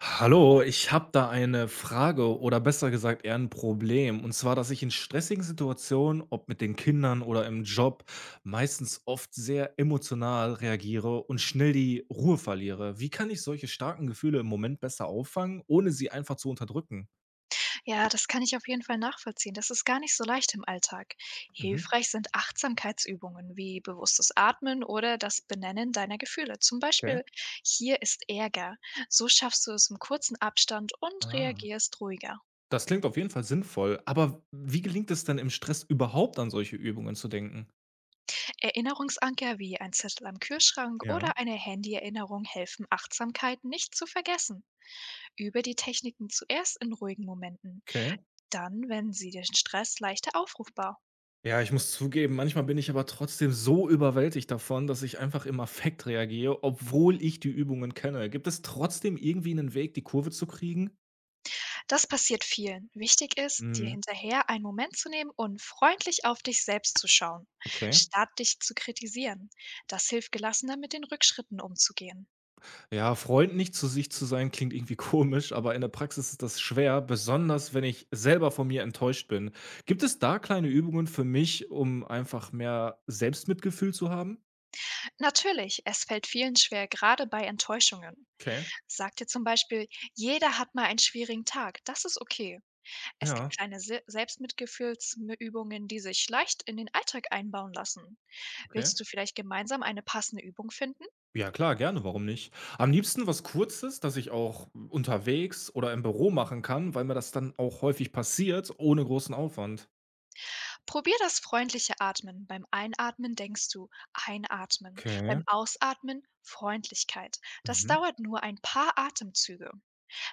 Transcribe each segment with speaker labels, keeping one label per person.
Speaker 1: Hallo, ich habe da eine Frage oder besser gesagt eher ein Problem. Und zwar, dass ich in stressigen Situationen, ob mit den Kindern oder im Job, meistens oft sehr emotional reagiere und schnell die Ruhe verliere. Wie kann ich solche starken Gefühle im Moment besser auffangen, ohne sie einfach zu unterdrücken?
Speaker 2: Ja, das kann ich auf jeden Fall nachvollziehen. Das ist gar nicht so leicht im Alltag.
Speaker 1: Mhm.
Speaker 2: Hilfreich sind Achtsamkeitsübungen wie bewusstes Atmen oder das Benennen deiner Gefühle. Zum
Speaker 1: Okay.
Speaker 2: Beispiel, hier ist Ärger. So schaffst du es im kurzen Abstand und
Speaker 1: Ah.
Speaker 2: reagierst ruhiger.
Speaker 1: Das klingt auf jeden Fall sinnvoll. Aber wie gelingt es denn im Stress überhaupt an solche Übungen zu denken?
Speaker 2: Erinnerungsanker wie ein Zettel am Kühlschrank
Speaker 1: Ja,
Speaker 2: oder eine Handy-Erinnerung helfen, Achtsamkeit nicht zu vergessen. Übe die Techniken zuerst in ruhigen Momenten,
Speaker 1: okay.
Speaker 2: dann, wenn sie den Stress leichter aufrufbar.
Speaker 1: Ja, ich muss zugeben, manchmal bin ich aber trotzdem so überwältigt davon, dass ich einfach im Affekt reagiere, obwohl ich die Übungen kenne. Gibt es trotzdem irgendwie einen Weg, die Kurve zu kriegen?
Speaker 2: Das passiert vielen. Wichtig ist, dir
Speaker 1: Mhm,
Speaker 2: hinterher einen Moment zu nehmen und freundlich auf dich selbst zu schauen,
Speaker 1: okay.
Speaker 2: statt dich zu kritisieren. Das hilft gelassener, mit den Rückschritten umzugehen.
Speaker 1: Ja, Freund nicht zu sich zu sein, klingt irgendwie komisch, aber in der Praxis ist das schwer, besonders wenn ich selber von mir enttäuscht bin. Gibt es da kleine Übungen für mich, um einfach mehr Selbstmitgefühl zu haben?
Speaker 2: Natürlich, es fällt vielen schwer, gerade bei Enttäuschungen.
Speaker 1: Okay,
Speaker 2: Sag dir zum Beispiel, jeder hat mal einen schwierigen Tag, das ist okay. Es gibt
Speaker 1: ja,
Speaker 2: kleine Se Selbstmitgefühlsübungen, die sich leicht in den Alltag einbauen lassen.
Speaker 1: okay.
Speaker 2: Willst du vielleicht gemeinsam eine passende Übung finden?
Speaker 1: Ja klar, gerne, warum nicht? Am liebsten was Kurzes, das ich auch unterwegs oder im Büro machen kann, weil mir das dann auch häufig passiert, ohne großen Aufwand.
Speaker 2: Probier das freundliche Atmen. Beim Einatmen denkst du einatmen,
Speaker 1: Okay.
Speaker 2: beim Ausatmen Freundlichkeit. Das
Speaker 1: Mhm.
Speaker 2: dauert nur ein paar Atemzüge.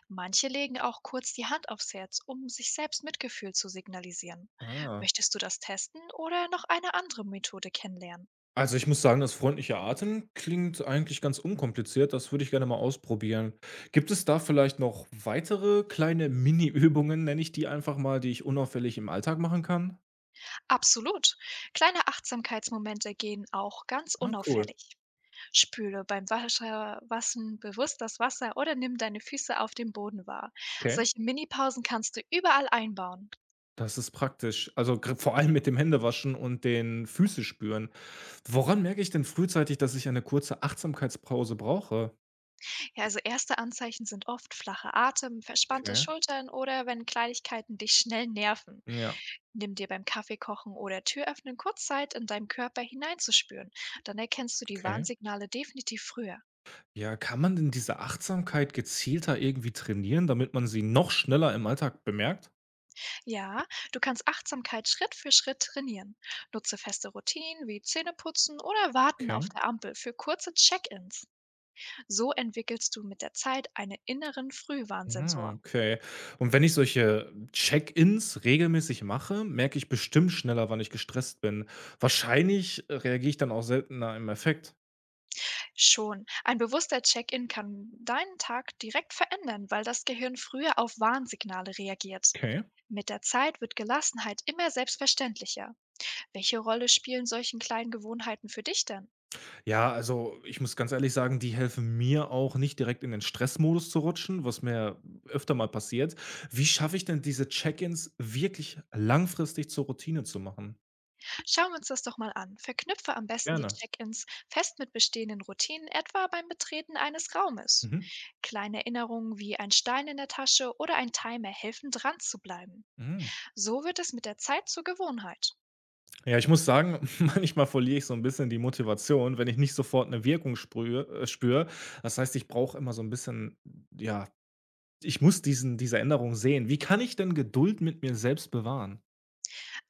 Speaker 2: Manche legen auch kurz die Hand aufs Herz, um sich selbst Mitgefühl zu signalisieren.
Speaker 1: Ah.
Speaker 2: Möchtest du das testen oder noch eine andere Methode kennenlernen?
Speaker 1: Also ich muss sagen, das freundliche Atmen klingt eigentlich ganz unkompliziert. Das würde ich gerne mal ausprobieren. Gibt es da vielleicht noch weitere kleine Mini-Übungen, nenne ich die einfach mal, die ich unauffällig im Alltag machen kann?
Speaker 2: Absolut. Kleine Achtsamkeitsmomente gehen auch ganz
Speaker 1: Ah, cool.
Speaker 2: unauffällig. Spüle beim Wasserwaschen bewusst das Wasser oder nimm deine Füße auf dem Boden wahr.
Speaker 1: Okay.
Speaker 2: Solche Minipausen kannst du überall einbauen.
Speaker 1: Das ist praktisch. Also, gr vor allem mit dem Händewaschen und den Füße spüren. Woran merke ich denn frühzeitig, dass ich eine kurze Achtsamkeitspause brauche?
Speaker 2: Ja, also erste Anzeichen sind oft flacher Atem, verspannte
Speaker 1: Okay.
Speaker 2: Schultern oder wenn Kleinigkeiten dich schnell nerven.
Speaker 1: Ja,
Speaker 2: Nimm dir beim Kaffeekochen oder Türöffnen kurz Zeit, in deinem Körper hineinzuspüren. Dann erkennst du die
Speaker 1: okay.
Speaker 2: Warnsignale definitiv früher.
Speaker 1: Ja, kann man denn diese Achtsamkeit gezielter irgendwie trainieren, damit man sie noch schneller im Alltag bemerkt?
Speaker 2: Ja, du kannst Achtsamkeit Schritt für Schritt trainieren. Nutze feste Routinen wie Zähneputzen oder Warten
Speaker 1: Okay.
Speaker 2: auf der Ampel für kurze Check-ins. So entwickelst du mit der Zeit einen inneren
Speaker 1: Ah,
Speaker 2: Frühwarnsensor.
Speaker 1: okay. Und wenn ich solche Check-ins regelmäßig mache, merke ich bestimmt schneller, wann ich gestresst bin. Wahrscheinlich reagiere ich dann auch seltener im Effekt.
Speaker 2: Schon ein bewusster Check-in kann deinen Tag direkt verändern, weil das Gehirn früher auf Warnsignale reagiert.
Speaker 1: Okay.
Speaker 2: Mit der Zeit wird Gelassenheit immer selbstverständlicher. Welche Rolle spielen solchen kleinen Gewohnheiten für dich denn?
Speaker 1: Ja, also ich muss ganz ehrlich sagen, die helfen mir auch nicht direkt in den Stressmodus zu rutschen, was mir öfter mal passiert. Wie schaffe ich denn diese Check-ins wirklich langfristig zur Routine zu machen?
Speaker 2: Schauen wir uns das doch mal an. Verknüpfe am besten die
Speaker 1: Gerne.
Speaker 2: Check-ins fest mit bestehenden Routinen, etwa beim Betreten eines Raumes.
Speaker 1: Mhm.
Speaker 2: Kleine Erinnerungen wie ein Stein in der Tasche oder ein Timer helfen dran zu bleiben.
Speaker 1: Mhm.
Speaker 2: So wird es mit der Zeit zur Gewohnheit.
Speaker 1: Ja, ich muss sagen, manchmal verliere ich so ein bisschen die Motivation, wenn ich nicht sofort eine Wirkung spüre. Das heißt, ich brauche immer so ein bisschen, ja, ich muss diese Änderung sehen. Wie kann ich denn Geduld mit mir selbst bewahren?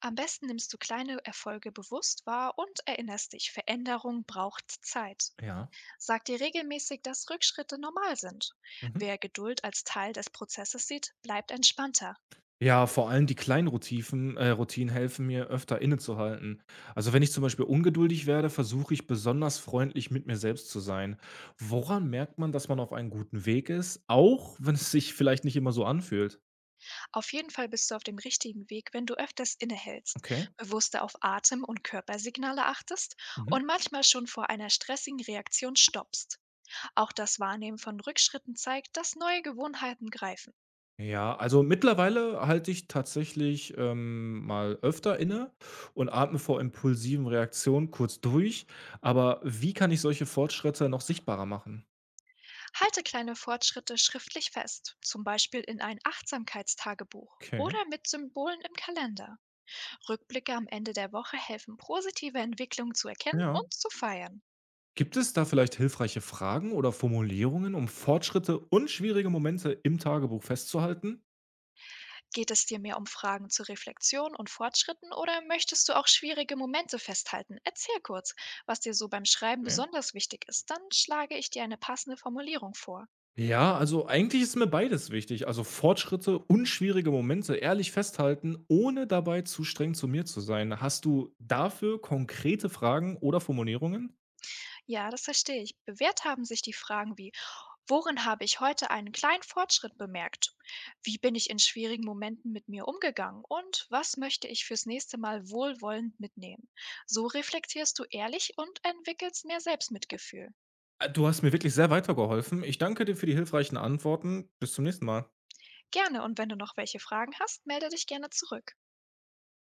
Speaker 2: Am besten nimmst du kleine Erfolge bewusst wahr und erinnerst dich, Veränderung braucht Zeit.
Speaker 1: Ja.
Speaker 2: Sag dir regelmäßig, dass Rückschritte normal sind.
Speaker 1: Mhm.
Speaker 2: Wer Geduld als Teil des Prozesses sieht, bleibt entspannter.
Speaker 1: Ja, vor allem die kleinen Rotiven Routinen helfen mir, öfter innezuhalten. Also wenn ich zum Beispiel ungeduldig werde, versuche ich besonders freundlich mit mir selbst zu sein. Woran merkt man, dass man auf einem guten Weg ist, auch wenn es sich vielleicht nicht immer so anfühlt?
Speaker 2: Auf jeden Fall bist du auf dem richtigen Weg, wenn du öfters innehältst,
Speaker 1: Okay.
Speaker 2: bewusster auf Atem- und Körpersignale achtest
Speaker 1: Mhm.
Speaker 2: und manchmal schon vor einer stressigen Reaktion stoppst. Auch das Wahrnehmen von Rückschritten zeigt, dass neue Gewohnheiten greifen.
Speaker 1: Ja, also mittlerweile halte ich tatsächlich mal öfter inne und atme vor impulsiven Reaktionen kurz durch. Aber wie kann ich solche Fortschritte noch sichtbarer machen?
Speaker 2: Halte kleine Fortschritte schriftlich fest, zum Beispiel in ein Achtsamkeitstagebuch
Speaker 1: Okay.
Speaker 2: oder mit Symbolen im Kalender. Rückblicke am Ende der Woche helfen, positive Entwicklungen zu erkennen
Speaker 1: Ja.
Speaker 2: und zu feiern.
Speaker 1: Gibt es da vielleicht hilfreiche Fragen oder Formulierungen, um Fortschritte und schwierige Momente im Tagebuch festzuhalten?
Speaker 2: Geht es dir mehr um Fragen zur Reflexion und Fortschritten oder möchtest du auch schwierige Momente festhalten? Erzähl kurz, was dir so beim Schreiben
Speaker 1: Okay.
Speaker 2: besonders wichtig ist. Dann schlage ich dir eine passende Formulierung vor.
Speaker 1: Ja, also eigentlich ist mir beides wichtig. Also Fortschritte und schwierige Momente ehrlich festhalten, ohne dabei zu streng zu mir zu sein. Hast du dafür konkrete Fragen oder Formulierungen?
Speaker 2: Ja, das verstehe ich. Bewährt haben sich die Fragen wie: Worin habe ich heute einen kleinen Fortschritt bemerkt? Wie bin ich in schwierigen Momenten mit mir umgegangen? Und was möchte ich fürs nächste Mal wohlwollend mitnehmen? So reflektierst du ehrlich und entwickelst mehr Selbstmitgefühl.
Speaker 1: Du hast mir wirklich sehr weitergeholfen. Ich danke dir für die hilfreichen Antworten. Bis zum nächsten Mal.
Speaker 2: Gerne, und wenn du noch welche Fragen hast, melde dich gerne zurück.